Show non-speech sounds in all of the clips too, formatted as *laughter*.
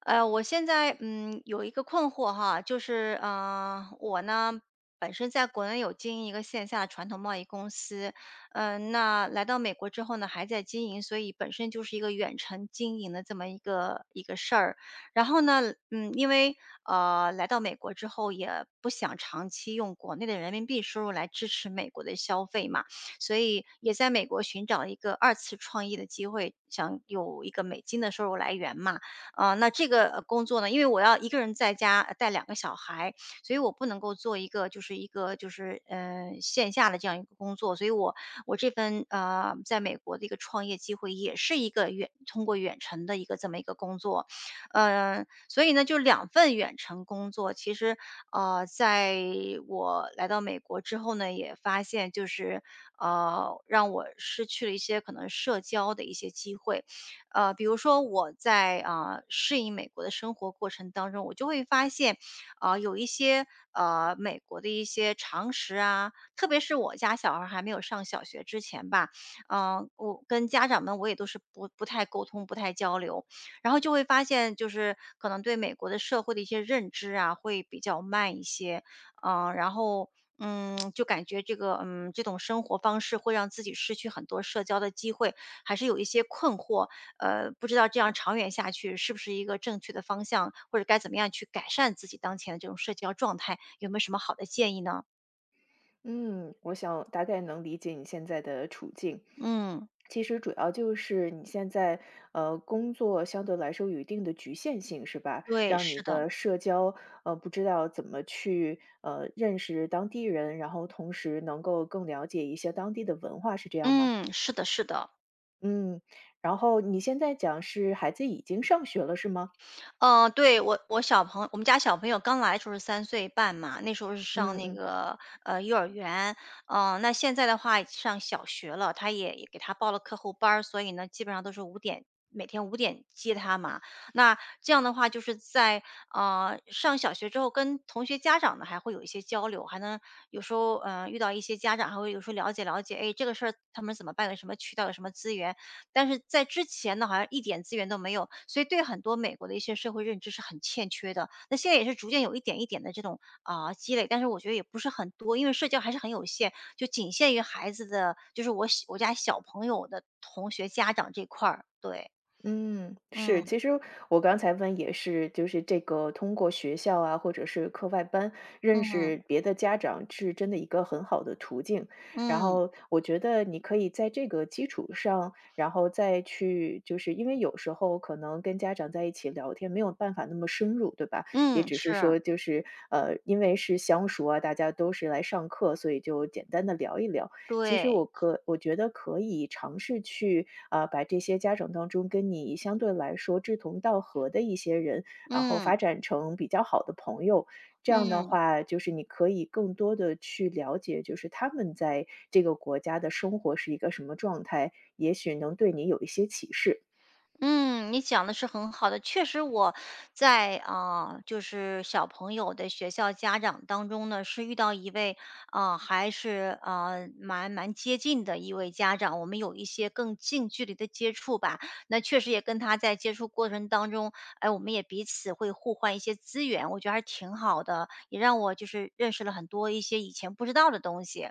我现在有一个困惑哈，就是我呢本身在国内有经营一个线下传统贸易公司。那来到美国之后呢，还在经营，所以本身就是一个远程经营的这么一个事儿。然后呢，因为来到美国之后，也不想长期用国内的人民币收入来支持美国的消费嘛，所以也在美国寻找一个二次创业的机会，想有一个美金的收入来源嘛。那这个工作呢，因为我要一个人在家带两个小孩，所以我不能够做一个就是线下的这样一个工作，所以我这份在美国的一个创业机会也是一个远通过远程的这么一个工作。所以呢就两份远程工作。其实呃在我来到美国之后呢，也发现就是让我失去了一些可能社交的一些机会。比如说我在适应美国的生活过程当中，我就会发现，有一些美国的一些常识啊，特别是我家小孩还没有上小学之前吧，我跟家长们我也都是不太沟通、不太交流，然后就会发现就是可能对美国的社会的一些认知啊会比较慢一些，然后。就感觉这个，这种生活方式会让自己失去很多社交的机会，还是有一些困惑。不知道这样长远下去是不是一个正确的方向，或者该怎么样去改善自己当前的这种社交状态，有没有什么好的建议呢？嗯，我想大概能理解你现在的处境。嗯，其实主要就是你现在，工作相对来说有一定的局限性，是吧？对，让你是的。的社交，不知道怎么去，认识当地人，然后同时能够更了解一些当地的文化，是这样吗？嗯，是的，是的。嗯，然后你现在讲是孩子已经上学了，是吗？嗯，对，我们家小朋友刚来的时候是3岁半嘛，那时候是上嗯那嗯。个，幼儿园。嗯，那现在的话上小学了，他也给他报了课后班儿，所以呢，基本上都是五点，每天五点接他嘛。那这样的话就是在，上小学之后跟同学家长呢还会有一些交流，还能有时候，遇到一些家长还会有时候了解了解，哎，这个事儿他们怎么办，有什么渠道，有什么资源。但是在之前呢，好像一点资源都没有，所以对很多美国的一些社会认知是很欠缺的。那现在也是逐渐有一点一点的这种积累，但是我觉得也不是很多，因为社交还是很有限，就仅限于孩子的，就是我家小朋友的同学家长这块儿。对。嗯，是，嗯其实我刚才问也是，就是这个通过学校啊，或者是课外班认识嗯别的家长，是真的一个很好的途径。然嗯后我觉得你可以在这个基础上，然后再去，就是因为有时候可能跟家长在一起聊天没有办法那么深入，对吧？也嗯，只是是，说就是因为是相熟啊，大家都是来上课，所以就简单的聊一聊。其实对。我觉得可以尝试去啊，把这些家长当中跟你相对来说志同道合的一些人，然后发嗯展成比较好的朋友。这样的嗯。话，就是你可以更多的去了解，就是他们在这个国家的生活是一个什么状态，也许能对你有一些启示。嗯，你讲的是很好的。确实我在，就是小朋友的学校家长当中呢，是遇到一位，还是，蛮接近的一位家长，我们有一些更近距离的接触吧。那确实也跟他在接触过程当中，哎，我们也彼此会互换一些资源，我觉得还是挺好的，也让我就是认识了很多一些以前不知道的东西。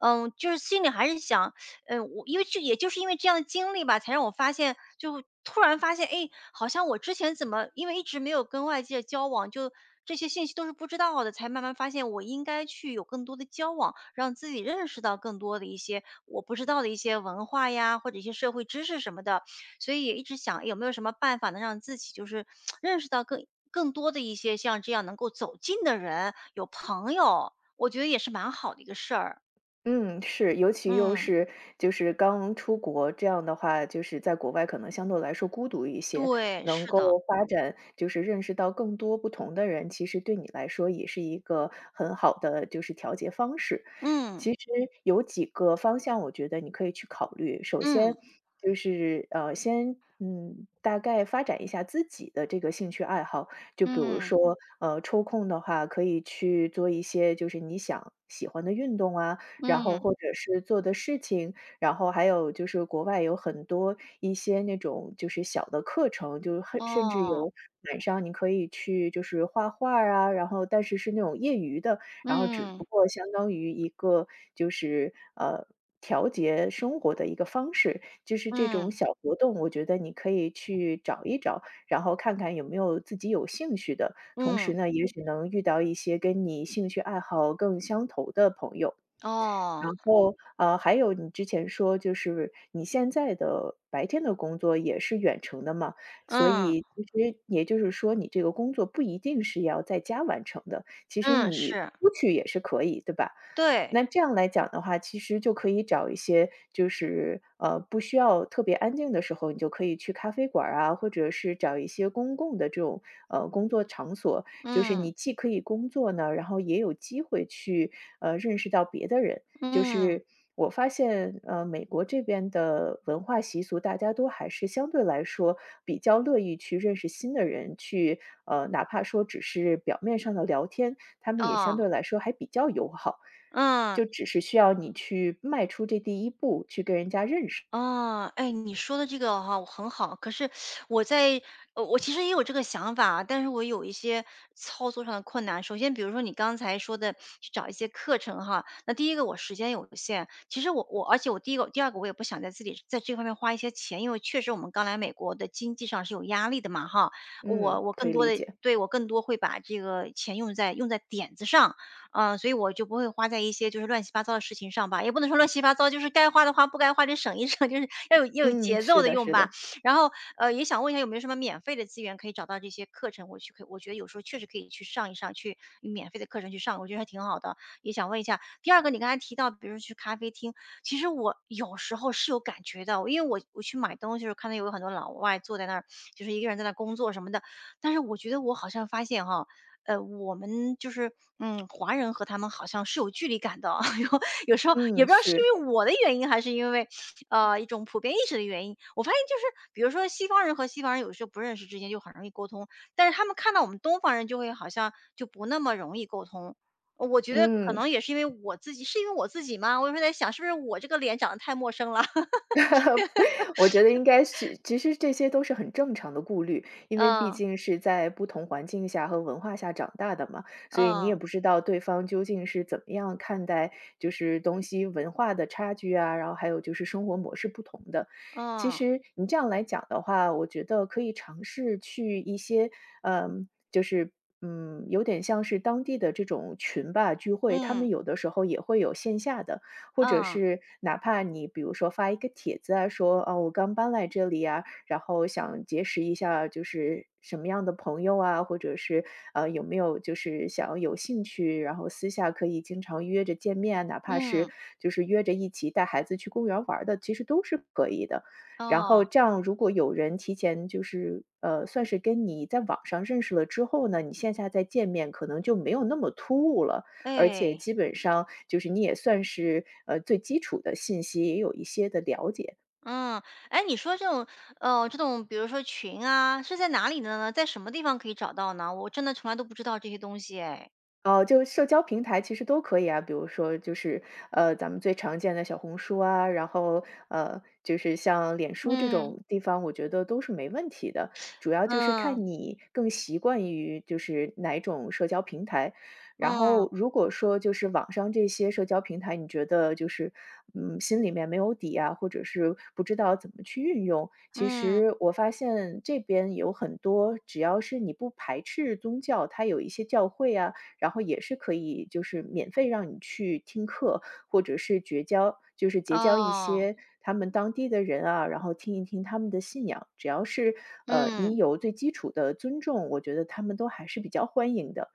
嗯，就是心里还是想，我因为这也就是因为这样的经历吧，才让我发现，就突然发现，哎，好像我之前怎么因为一直没有跟外界交往，就这些信息都是不知道的，才慢慢发现我应该去有更多的交往，让自己认识到更多的一些我不知道的一些文化呀，或者一些社会知识什么的。所以也一直想诶有没有什么办法能让自己就是认识到更多的一些像这样能够走近的人，有朋友，我觉得也是蛮好的一个事儿。嗯，是，尤其又嗯，是就是刚出国，这样的话，就是在国外可能相对来说孤独一些，对，能是够的。发展就是认识到更多不同的人，其实对你来说也是一个很好的就是调节方式。嗯，其实有几个方向，我觉得你可以去考虑。首嗯，先就是先大概发展一下自己的这个兴趣爱好，就比如嗯，说抽空的话可以去做一些就是你想喜欢的运动啊，然后嗯。或者是做的事情，然后还有就是国外有很多一些那种就是小的课程，就是很甚至哦，有晚上你可以去就是画画儿啊，然后但是是那种业余的，然后只嗯，不过相当于一个就是调节生活的一个方式，就是这种嗯，小活动，我觉得你可以去找一找，然后看看有没有自己有兴趣的，同嗯。时呢，也许能遇到一些跟你兴趣爱好更相投的朋友。哦，然后，还有你之前说，就是你现在的白天的工作也是远程的嘛，所嗯，以其实也就是说，你这个工作不一定是要在家完成的，其实嗯，你是，出去也是可以，对吧？对。那这样来讲的话，其实就可以找一些，就是不需要特别安静的时候，你就可以去咖啡馆儿啊，或者是找一些公共的这种工作场所，就是嗯，你既可以工作呢，然后也有机会去认识到别的人。就嗯，是我发现，美国这边的文化习俗，大家都还是相对来说比较乐意去认识新的人，去哪怕说只是表面上的聊天，他们也相哦，对来说还比较友好，嗯。就只是需要你去迈出这第一步，去跟人家认识。啊，哎，你说的这个哈，我很好。可是我在，我其实也有这个想法啊，但是我有一些操作上的困难。首先，比如说你刚才说的去找一些课程哈，那第一个我时间有限，其实我，而且我第一个、第二个我也不想在自己在这方面花一些钱，因为确实我们刚来美国的经济上是有压力的嘛哈。我嗯，我可更以多理的解。对我更多会把这个钱用在点子上。嗯，所以我就不会花在一些就是乱七八糟的事情上吧，也不能说乱七八糟，就是该花的花，不该花的省一省，*laughs* 就是要有嗯，节奏是的的，用是吧。的，然后，也想问一下有没有什么免费的资源可以找到这些课程，我去可以我觉得有时候确实可以去上一上，去免费的课程去上，我觉得还挺好的。也想问一下，第二个你刚才提到，比如说去咖啡厅，其实我有时候是有感觉的，因为我去买东西的时候看到有很多老外坐在那儿，就是一个人在那工作什么的，但是我觉得我好像发现哈，我们就是，嗯，华人和他们好像是有距离感的啊，*laughs* 有时候也嗯，不知道是是，因为我的原因，还是因为，一种普遍意识的原因。我发现就是，比如说西方人和西方人有时候不认识之间就很容易沟通，但是他们看到我们东方人就会好像就不那么容易沟通。我觉得可嗯。能也是因为我自己是因为我自己吗？我有时候在想是不是我这个脸长得太陌生了？*laughs* *laughs* 我觉得应该是，其实这些都是很正常的顾虑，因为毕嗯，竟是在不同环境下和文化下长大的嘛，所以你也嗯，不知道对方究竟是怎么样看待，就是东西文化的差距啊，然后还有就是生活模式不同的。其嗯，实你这样来讲的话，我觉得可以尝试去一些，嗯，就是。嗯，有点像是当地的这种群吧聚会，他嗯，们有的时候也会有线下的，或者嗯，是哪怕你比如说发一个帖子啊，说啊我刚搬来这里啊，然后想结识一下就是什么样的朋友啊，或者是有没有就是想有兴趣，然后私下可以经常约着见面啊，哪怕是嗯，就是约着一起带孩子去公园玩儿的，其实都是可以的。然后嗯，这样，如果有人提前就是算是跟你在网上认识了之后呢，你线下再见面，可能就没有那么突兀了。而且哎。基本上就是你也算是最基础的信息也有一些的了解。嗯，哎，你说这种，这种比如说群啊，是在哪里的呢？在什么地方可以找到呢？我真的从来都不知道这些东西哎。哦，就社交平台其实都可以啊，比如说就是，咱们最常见的小红书啊，然后，就是像脸书这嗯，种地方，我觉得都是没问题的，主要就是嗯，看你更习惯于就是哪种社交平台。然嗯，后如果说就是网上这些社交平台，你觉得就是，嗯，心里面没有底啊，或者是不知道怎么去运用，其嗯，实我发现这边有很多，只要是你不排斥宗教，它有一些教会啊。然后也是可以就是免费让你去听课，或者是绝交就是结交一哦，些他们当地的人啊，然后听一听他们的信仰。只要是，嗯。你有最基础的尊重，我觉得他们都还是比较欢迎的。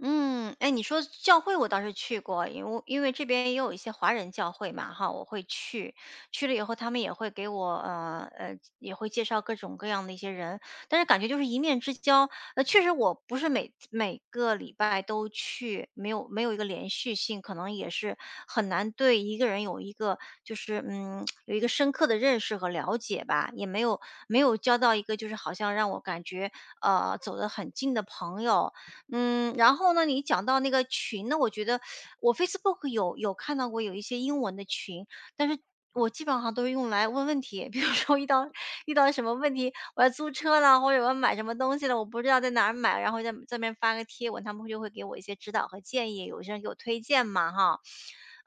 嗯，哎，你说教会我倒是去过，因为这边也有一些华人教会嘛，哈，我会去，去了以后他们也会给我，也会介绍各种各样的一些人，但是感觉就是一面之交。确实我不是每个礼拜都去，没有一个连续性，可能也是很难对一个人有一个就是有一个深刻的认识和了解吧，也没有交到一个就是好像让我感觉走得很近的朋友。嗯，然后呢，你讲到那个群呢，我觉得我 Facebook 有看到过有一些英文的群，但是我基本上都是用来问问题。比如说遇到什么问题，我要租车了，或者我要买什么东西了，我不知道在哪儿买，然后在这边发个贴文，他们就会给我一些指导和建议，有些人给我推荐嘛，哈，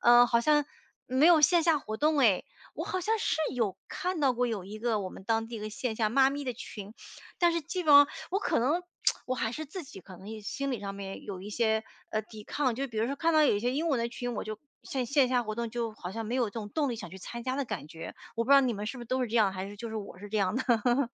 嗯，好像没有线下活动诶，我好像是有看到过有一个我们当地一个线下妈咪的群。但是基本上我可能 *tsk* 我还是自己可能也心理上面有一些，抵抗。就比如说看到有一些英文的群，我就线下活动就好像没有这种动力想去参加的感觉。我不知道你们是不是都是这样，还是就是我是这样的？*laughs*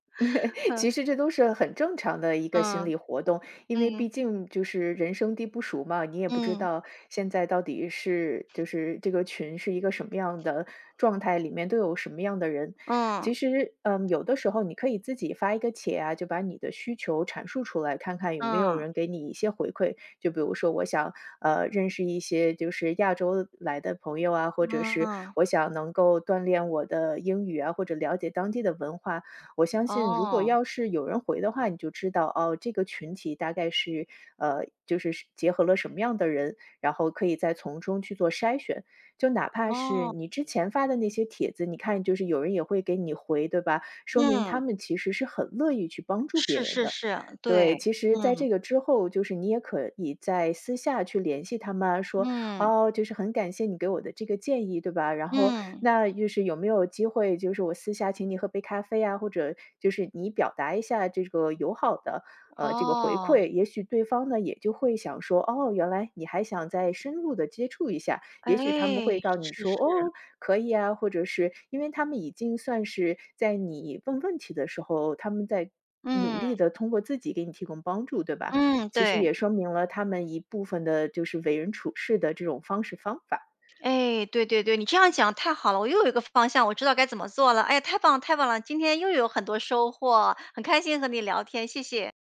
其实这都是很正常的一个心嗯，理活动，因为嗯，毕竟就是人生地不熟嘛，你也不知嗯，道现在到底是就是这个群是一个什么样的状态，里面都有什么样的人。嗯，其实，嗯，有的时候你可以自己发一个帖啊，就把你的需求阐述出来，看看有没有嗯，人给你一些回馈。就比如说，我想认识一些就是亚洲来的朋友啊，或者是嗯，我想能够锻炼我的英语啊，或者了解当地的文化。我相信如果哦，要是有人回的话，你就知道哦，这个群体大概是就是是结合了什么样的人，然后可以再从中去做筛选。就哪怕是哦，你之前发的那些帖子，你看就是有人也会给你回，对吧？说明他嗯，们其实是很乐意去帮助别是人是的。是，对，对，其实在嗯，这个之后，就是你也可以在私下去联系他们啊说嗯，哦，就是很感谢你给我的这个建议，对吧？然后嗯，那就是有没有机会，就是我私下请你喝杯咖啡啊，或者就是你表达一下这个友好的这个回哦，馈，也许对方呢也就会想说，哦，原来你还想再深入的接触一下，也许他们哎，会告你是说，是，哦，可以啊，或者是因为他们已经算是在你问问题的时候，他们在。努嗯，力的通过自己给你提供帮助，对吧？嗯，其实对。也说明了他们一部分的就是为人处事的这种方式方法。哎，对对对，你这样讲太好了，我又有一个方向，我知道该怎么做了。哎呀，太棒了太棒了，今天又有很多收获，很开心和你聊天，谢谢。